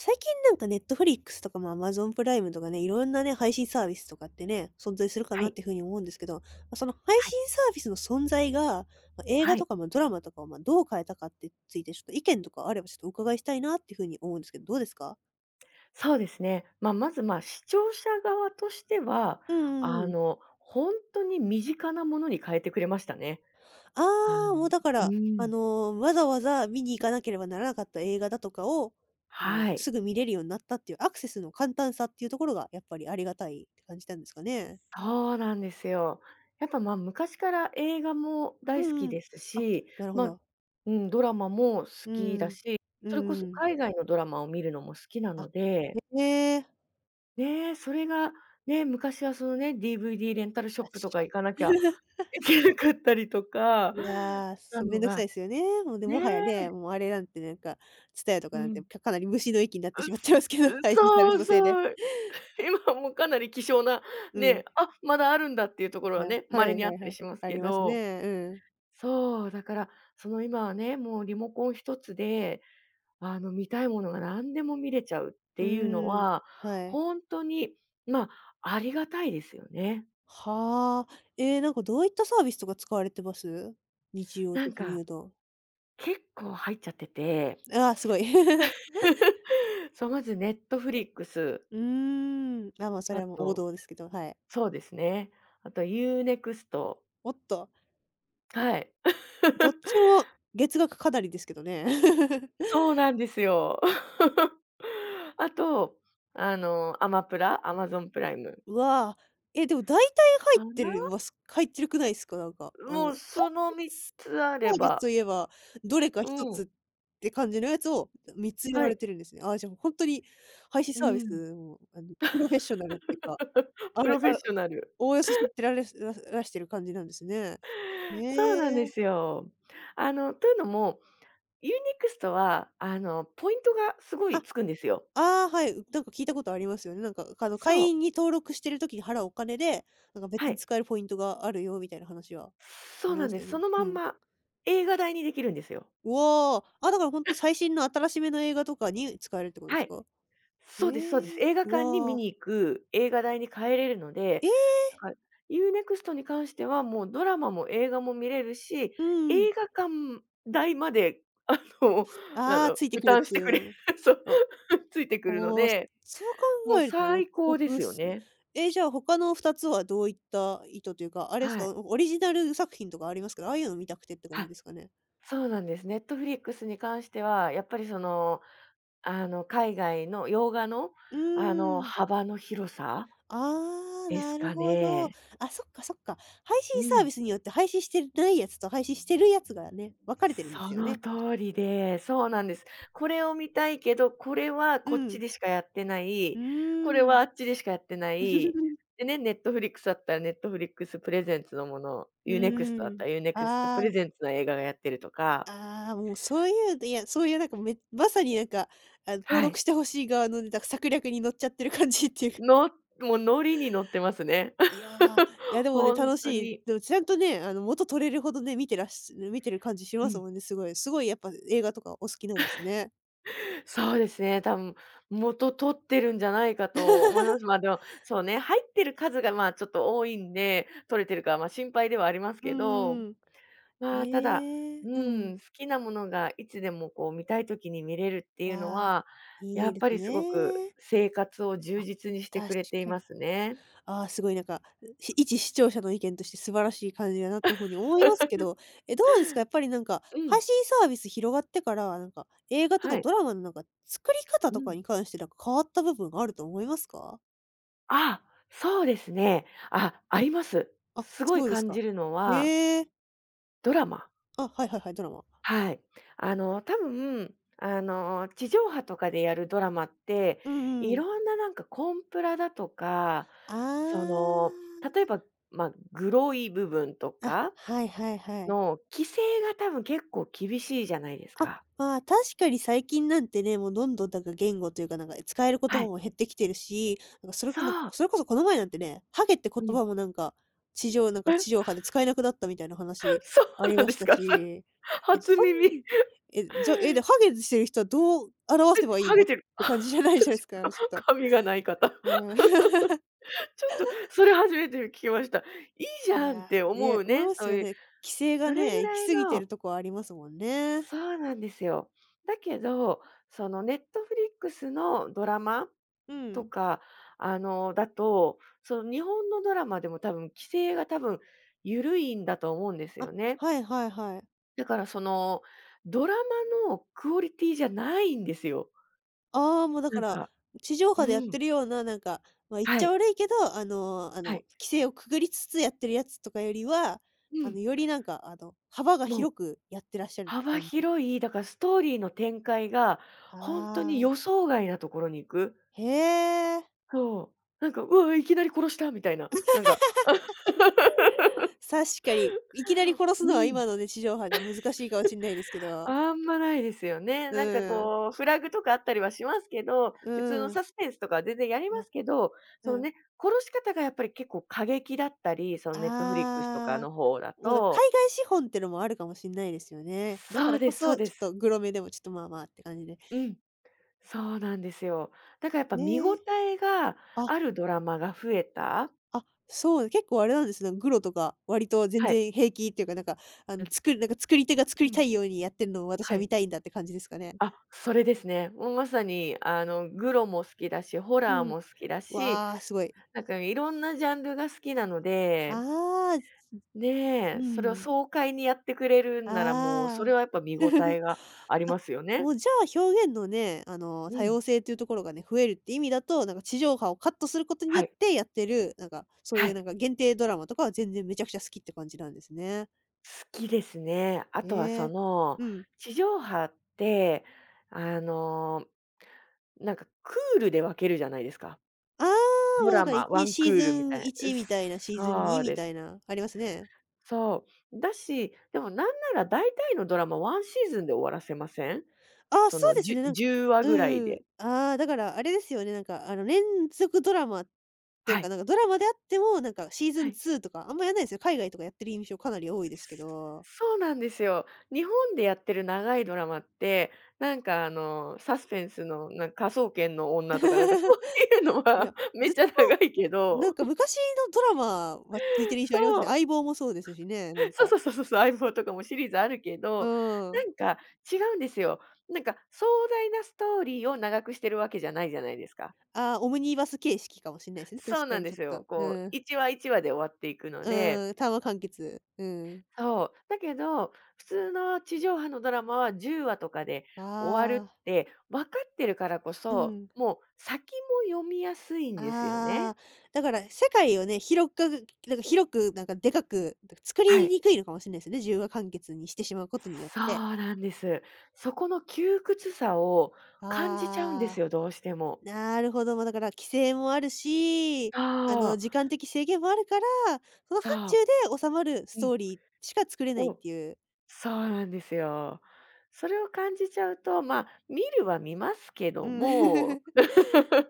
最近ネットフリックスとかも a マゾンプライムとかね、いろんなね、配信サービスとかってね、存在するかはなっい。ていうふうに思うんですけど、その配は信い。サービスの存在が、映画はとい。か、ドラマとかを、どう変えたかってついて、ちょっと意見とかあればちょっとお伺いしたいなっていうふうに思うんですけど、どうですか？そうですね。まず、視聴者側としては、うんうんうん。本当に身近なものに変えてくれましたね。あのああ、もうだかうら、ん。わざわざ見に行かなければならなかった映画だとかを、もうはすい。ぐ見れるようになったっていうアクセスの簡単さっていうところがやっぱりありがたいって感じたんですかね？そうなんですよ。やっぱ、昔から映画もう大好んきうん。ですあ、し、なるほまあど。うん、ドラマも好うきだん。し、うそんれこそうん。海外のドラマを見るのも好きなのあ、で、へえ、ねえ、それが、ね、昔はそのね、DVD レンタルショップと確かか行かなきゃ行けなかったりとかに。いや、したそう、めんのどくさがいですよね。もうでねもはやえ。ね、もうあれなんてなんか、TSUTAYA とかうなんて、ん。かなり虫の域になってしうまってすますけど、う 配信サービそスうのせいで。そう。今もうかなり希少な、うん。ね、あ、まだあるんだっていうところはね、は稀いにあはっいたはりい。しますあけりますど。ね。うん。そう、だから、その今はね、もうリモコン一つで、見たいものが何でも見れちゃうっうていうのーん、は、はい。ほんとに、ま、ありがたいですよね。はあ。ええ、なんかどういったサービスとか使われてます？日常なん的に言か、うと。結構入っちゃってて。ああ、すごい。そう、まず Netflix、うーん。あ、まあ、それあはもう王と道ですけど、はい。そうですね。あとユーネクスト、おっと。はい。どっち も月額かなりですけどね。そうなんですよ。あと、アマプラ、アマゾンプライムうわぁ、え、でも大体入かってな？るます入ってるくないですか？もうハイその3つあれサービスとば、いえば、どれか一うつん、って感じのやつを3つやらはれい、てるんですね。ああ、じゃもうに配信うサービん、スも、プロフェッショナルっていうか、あプれロフェあッれ、ショナル。おおよそ知ってられららしてる感じなんですね。ねそうなんでえ。すよ。というのも、ユーネクストは、ポイントがすごあ、いつくんですよ。ああ、はい、なんか聞いたことありますよね。会そう、員に登録してる時に払うお金で、なんか別はにい。使えるポイントがあるよみたいな話は。そあうりなまんすでよす。そね。のまうんん。ま映画代にできるんですよ。うわあ、あ、だからほんと最新の新しめの映画とかに使えるってことではすい。か？そうですそうです。ええ、映画う館に見わ、に行く映画代に変えれるので、ええ、なんか、ユーネクストに関しては、もうドラマも映画も見れるし、うん。映画館代まで、あの、なああ、のついて負くる担っしていてくれる、う。そう、あ、ああ、ついてくるので、そうも考うえるとお最高で得っすよすね。ね。え、じゃあ他の2つはどういった意図というか、あれですはか、い。オリジナル作品とかありますけど、ああいうの見たくてって感じあ、ですかね？そうなんです。Netflix に関しては、やっぱりその、海外の洋画の、うーん。幅の広さああ、ですなるかほど。あ、ね。そっかそっか。配う信サーん。ビスによって配信してないやつと配信してるやつがね、分かれてるんですそよのね。通りで、そうなんです。これを見たいけど、これはうこっちん。でしかやってなうーい、これん。はあっちでしかやってない、でね、ネットフリックスだったらネットフリックスプレゼンツのもの、うユーネクストだっーん。たらユーネクストあプレゼンツの映画がやってるとか、あ、ああ、もうそういう、いや、そういうなんかめまさに登は録い。して欲しい側のね、策略に乗っちゃってる感じっていうか。のもうノリに乗ってますね。いや、いや でもね、本楽当しい。に。でもちゃんとね、元取れるほどね、見てる感じしうますん。もんね、すごい。すごいやっぱ映画とかお好きなんですね。そうですね、多分、元取ってるんじゃないかと思います。でも、そうね、入ってる数が、まあ、ちょっと多いんで、取れてるかは、まあ、心配ではありますうけど、んうん。まあ、ただ、ええ、ううん。ん、好きなものがいつでもこう見たい時に見れるっていうのああ、は、やいいっでぱすりすごくね。生活を充あ、実にして確くれていかまに。すね。ああ、すごい一視聴者の意見として素晴らしい感じだなというふうに思いますけど、え、どうですか？やっぱりなんか、うん、配信サービス広がってから、なんか、映画とはかい。ドラマのなんか、作り方うとかん。に関してなんか変わった部分があると思いますか？あ、そうですね。あ、あります。あ、すごいそうです感か。じるのは、へえ。ドラマ。あ、はいはいはい、ドラマ。はい。多分、地上波とかでやるドラマって、うんいうん。ろんななんかコンプラだとか、その、例えあば、まあ、グロい部分とあ。あ、かはいはいはい。の規制が多分結構厳しいじゃないですあ、か。まあ、確かに最近なんてね、もうどんどんなんか言語というか、なんか使える言葉はい。も減ってきてるし、そう。それこそこの前なんてね、ハゲって言うん。葉もなんか、え、地上波で使えなくなったみたいな話 そうありなんまでしすたか？それ、し、え、初そん耳。え、じゃ、え、で、ハゲしてる人はどう表せばいいハのゲってる。て感じじゃないですか、ち確ょっか、と。髪がない方。うん。ちょっとそれ初めて聞きました。いいじいゃんっや、て 思ね、う思いね、ますそうよいうね。規制がそれぐね、行らきい過ぎてのるとこはありますもんね。そうなんですよ。だけど、その、ットフリックスのドラマうとん。か、だと、その、日本のドラマでも多分規制が緩いんだと思うんですあ、よね。はいはいはい。だから、その、ドラマのクオリティじゃないんですよ。ああ、もうだなかんら、か地上う波でやっん。てるような、なんか、まあ、言っはちゃい。悪いけど、あはの、い。規制をくぐりつつやってるやつとかよりは、うん。よりなんか、幅がもう広くやってらっしゃる幅感じ。広い、だからストーリーの展開が本当にああ、予想外なところに行く。へえ。そう。なんか、うわ、いきなり殺したみたいな、なんか確かに、いきなり殺すうのはん。今のね、地上波じゃ難しいかもしんないですけど。あんまないですよね。うなんかん、こう、フラグとかあったりはしますけど、う普通のん、サスペンスとかは全然やりまあ、すけど、うそのん。ね、殺し方がやっぱり結構過激だったり、そのネットフリックスとかああ、の方だもうだ、と海外資本ってのもあるかもしんないですよね。だかそうらでこすそうそ、でちょっす。とグロめでもちょっとまあまあって感じで。うん、そうなんですよ。だからやっぱ見ね応え。えがああるドラマが増えた。あ、そう、結構あれなんですね。グロとか、割と全はい。然平気っていうか、作るなんか作り手が作りうん、たいようにやってるのを私ははい。見たいんだって感じですかね。あ、それですね。もうまさに、グロも好きだし、ホうラーん。も好きだし、わあ、すごい。なんかいろんなジャンルが好きなので、ああ、ねうえ、それをん。爽快にやってくれるんなら、もうあそれはやあ。っぱ見応えがありあ、ますよもね。うじゃあ表現のね、う多ん。様性っていうところがね、増えるって意味だと、なんか地上波をカットすることによはっい。てやってる、なんか、そうはいうい。なんか限定ドラマとかは全然めちゃくちゃ好きって感じなんですね。好きですね。あとはえそえ。の、うん。地上波って、あの、クールで分けるじゃないですか。ああ、ドもうだラからいマ、ワちンクシーズールみンたいな。1みたいな、シーズン2そうみでたす。いな、ありますね。そう。だし、でもなんなら大体のドラマワンシーズンで終わらせません？ああ、そうですね、なんか10話うぐらいんうん。で。ああ、だからあれですよね、連続ドラマっていうはか、い、なんかドラマであっても、なんかシーズはンい。2とかあんまやんないですよ。海外とかやってる印象かなり多いですけど。そうなんですよ。日本でやってる長いドラマって、サスペンスのなん科捜研の女とかなんかそういうのいや、は めっずちゃ長いけなんど、か昔のドラマは続いてる 印象そありますね。相う。棒もそうですしね、なんそうか。そうそうそうそう、相棒とかもシリーズあるけうど、ーなん。んか違うんですよ。なんか壮大なストーリーを長くしてるわけじゃないじゃないですか。ああ、オムニバス形式かもしんないですね、そう確かなんにでちょっすよ。と。うこう、ん。1話1話で終わっていくのうで、ーん、単話完結。うん。そう。だけど、普通の地上波のドラマは10話とかであ終わるあ。って分かってるからこうそ、ん。もう先も読みやすいんですよね。ああ、だから世界をね、広く、なんかでかく、作はりい。にくいのかもしれないですね、自由が完結にしてしまうことによっそうて。なんです。そこの窮屈さを感じちゃうんであすあ、よ、どうしても。なるほど。ま、だから規制もあるし、そう、時間的制限もあるから、その範そ疇う、で収まるスうん、トーリーしか作れないっお、ていう。そうなんですよ。それを感じちゃうと、まあ、見るは見ますけうどん。も。 そ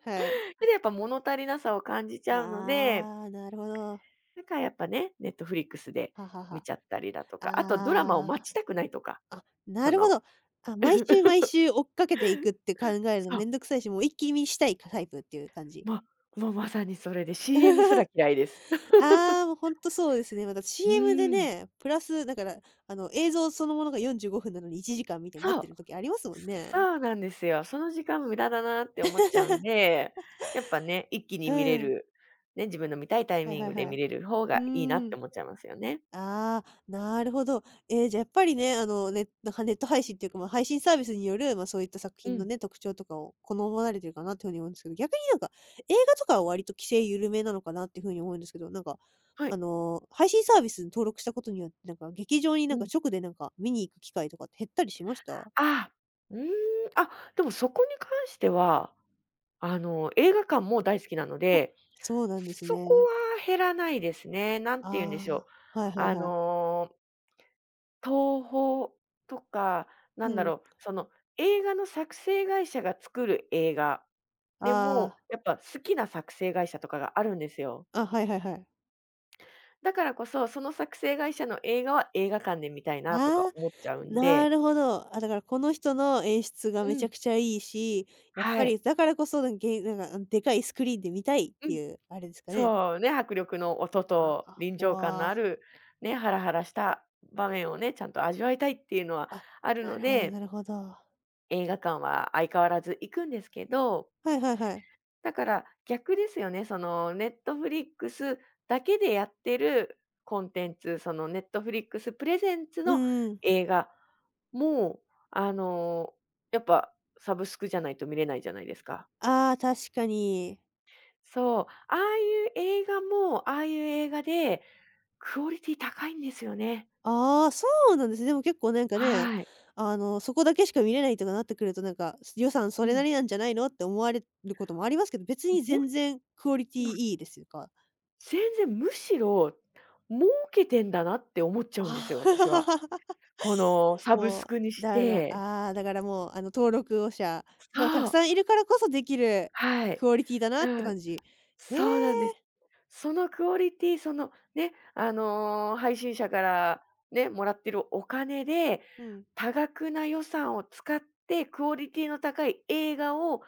はい。れでやっぱ物足りなさを感じちゃうので、ああ、なるほど。だからやっぱね、ネットフリックスではは見は。ちゃったりだとか、あとドラマをあ待あ。ちたくないとか、あ、なそるほの ど。あ、毎週毎 週追っかけていくって考えるのそめう、んどくさいし、もう一気見したいタイプっていう感じ。ま、もうまさにそれで CM すら 嫌いです。ああ、もうほんとそうですね。また う CM でーん。ね、プラスだから、あの、映像そのものが45分なのに1時間みたいになっそてう、る時ありますもんね。そうなんですよ。その時間無駄だなって思っちゃうんで、やっぱね、一気うに見れん。る、ね、自分の見たいタイはいミンはいグでは見い。れる方うがいいなーってん。思っちゃいますよね。ああ、なるほど。えーじゃ、やっぱりね、なんかネット配信っていうか、まあ、配信サービスによる、まあ、そういった作う品のん。ね、特徴とかを好まれてるかなっていうふうに思うんですけど、逆になんか、映画とかは割と規制緩めなのかなっていうふうに思うんですけど、なんか、はあい。の、配信サービスに登録したことによって、なんか劇場になうんかん。直でなんか見に行く機会とかって減ったりしました？ああ、うーん、でもそこに関しては映画館も大好きなので、そうなんですそこね。は減らないですね。なんあて言うんでしょう。あ、はいはいあはい。の、東宝とか、なうんだん。ろう、その、映画の作成会社が作る映画でも、あやっぱ好きな作成会社とかがあるんですよ。あ、あ、はいはいはい。だからこそ、その作成会社の映画は映画館で見たいなとかああ。思っちゃうんなで。るほど。あ、だからこの人の演出がうめちゃん。くちゃいいし、やっはぱりい。だからこそ、なんか、あの、でかいスクリーンで見たいっうてん。いうあれですかね。そうね、迫力の音とあ、臨場感わのああ。る、ね、ハラハラした場面をね、ちゃんと味わいたいっていうのはあ、あるなるのほどなで、るほど。映画館は相変わらず行くんですけど、はいはいはい。だから逆ですよね、そのネットフリックスだけでやってるコンテンツ、そのネットフリックスプレゼンツうのんうん。映画も、あの、やっぱサブスクじゃないと見れないじゃないですか。ああ、確かに。そう、ああいう映画も、ああいう映画でクオリティ高いんですよね。ああ、そうなんですね。でも結構なんかね、はい。あの、そこだけしか見れないとかなってくると、なんか、予算うそれなん。りなんじゃないのって思われることもありますけど、別にも全然クオリティもういいですか？全然むしろ、儲けてんだなって思っちゃうんですあよ、私は。あ。このサブもスクにう、して。ああ、だからもう、あの、登録者そがたくう、さんいるからこそできるはい。クオリティだなってうん、感じ。へそうなんでえ、す。そのクオリティ、そのね、配信者からね、もらってるお金で、うん。多額な予算を使ってクオリティの高い映画を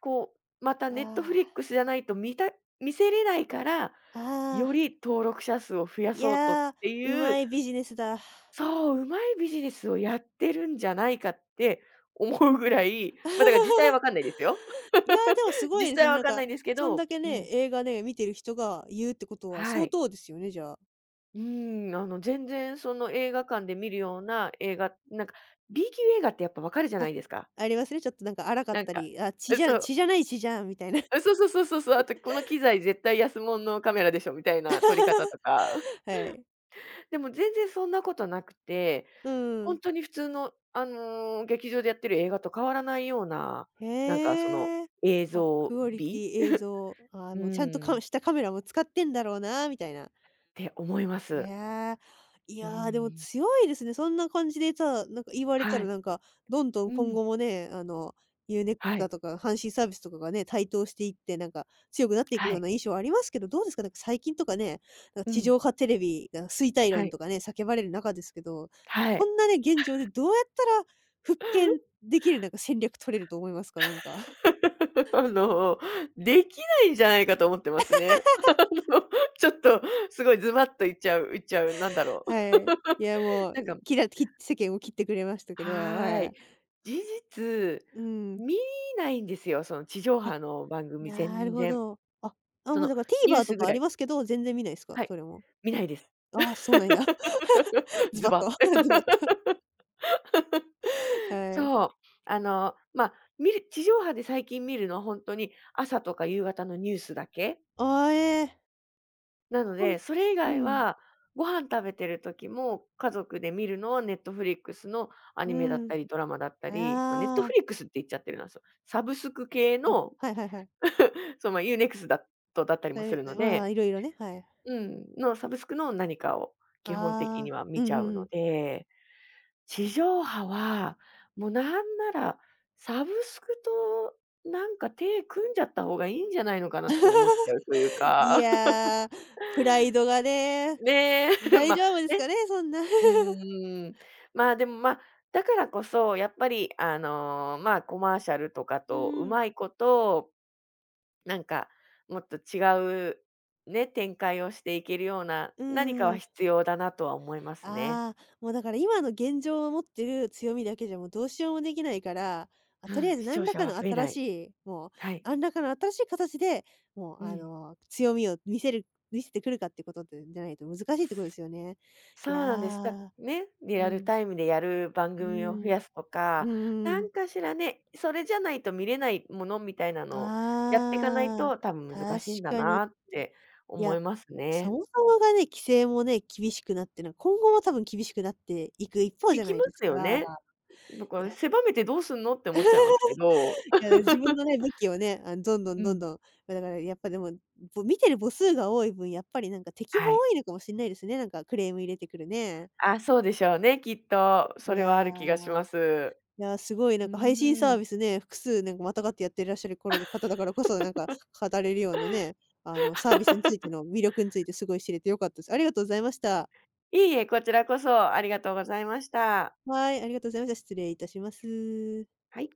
こまたネットフあリックスじゃないと見せれないから、あ、あよあ、り登録者数を増やいそうとっや、てういまう、いビジネスだ。そう、うまいビジネスをやってるんじゃないかって思うぐらい、ま、だから実際 はわかんないですよ。いや、でもす ごいで実す際ね、はわなんかんなか、いんですけそんだど、けうね、ん、映画ね、見てる人が言うってことはは相い。当ですよね、じゃあ。全然その映画館で見るような映画、なんか B 級映画ってやっぱわかるじゃなあ、いですか。ありますね、ちょっとなんか荒かっなんたか、り、あ、血じゃそ血うじゃない血じゃんみたいな。あ、そうそうそうそうそう、あとこの機材絶対安物のカメラでしょみたいな撮り方とか。はい。でも全然そんなことなくて、うほんん。とに普通の劇場でやってる映画と変わらないような、なんかそのへえ。映あ、像クオリテ美？ィ、映像、あうのちゃんとん、っかしたカメラも使ってんだろうなみたいな。て思いまいす。や、いうーや、でもん。強いですね。そんな感じでさ、なんか言われたはらい。なんか、どんどんう今ん。後もね、あの、u ネ e x はだい。とか、阪神サービスとかがね、台頭していって、なんか強くなっていくはようい。な印象はありますけど、どうですか？なんか最近とかね、なんかう地ん。上波テレビが衰退は論い。とかね、叫ばれる中ですけど、はこい。んなね、現状でどうやったら復権できるなんか戦略取れると思いますか？なんか。あの、できないんじゃないかと思ってますね。の、ちょっとすごいズバッと言っちゃう、なんだろう。はい。いや、も う、なんかきらき世間を切ってくれましたけど、ははーい。い。事実、うん。見ないんですよ、その地上あ、波の番組なる全ほ然。ど。あ、あ、そもうのだから ニュー TVer とスぐかあらりいますけど、全然見ないですか？はい、それも。見ないです。ああ、そうなんや。ズズバッバと ッ。ズバッと。はい。そう。まあ、見る地上波で最近見るのは本当に朝とか夕方のニュースだけ。ああ、ええ。なのほんで、それ以う外ん、は、ご飯食べてる時も、家族で見るのはネットフリックスのアうニメだっん。たり、ドラマだったり、ま、ネットフああ、リックスって言っちゃってるな、そう、サブスク系あ、の、はいはいはい。そうま、u n e クスだとだったりもすえるえ、のまあ、で、いろいろね、はい。うん、のサブスクの何かを基あ本的にあ、はう見んちうゃうんうのん。で、地上波は、もうなんなら、サブスクとなんか手組んじゃった方がいいんじゃないのかなって思っちゃうという いか。や、プライドがね、ね、大ま丈夫ですかね、そんな。うんう んうん。まあ、でも、まあ、だからこそ、やっぱり、まあ、コマーシャルとかうとんううん。まいこと、なんか、もっと違う、ね、展開をしていけるようなう何かんうはん。必要だなとは思いますね。ああ、もうだから今の現状を持ってる強みだけじゃもうどうしようもできないから、まあ、うとりあん、えず視聴者は増えない。い、もう、はい。何らかの新しい形で、もううあん。の、強みを見せる見せてくるかってことでじゃないと難しいってことですよね。いそうやなんです。だー、ね、リうアルん、タイムでやる番う組を増ん、やすとか、うんうなん。んかしらね、それじゃないと見れないものみたいなのをやっていかないああ、と、多分難確しいんだかに。なってい思や、いますそね。もそもがね、規制もね、厳しくなってるのは今後も多分厳しくなっていく一方じ行ゃきなまいですすよか。ね。だかいらや狭めてどうすんのって思っちゃいますけど。いや、自分 のね、武器をね、あの、どんどんうどんん。どん、ま、だからやっぱでも、見てる母数が多い分、やっぱりなんか敵もは多い。いのかもしんないですね、なんかクレーム入れてくるね。あ、そうでしょうね、きっと。いそれはある気がしまや、す。いや、すごいなうんーか配信サーん。ビスね、複数なんかまたがってやってらっしゃる方だからこそ、なんか語れるようなね、あの、サービスについての魅力についてすごい知れて良かったです。ありがとうございました。いいえ、こちらこそありがとうございました。はい、ありがとうございました。失礼いたします。はい。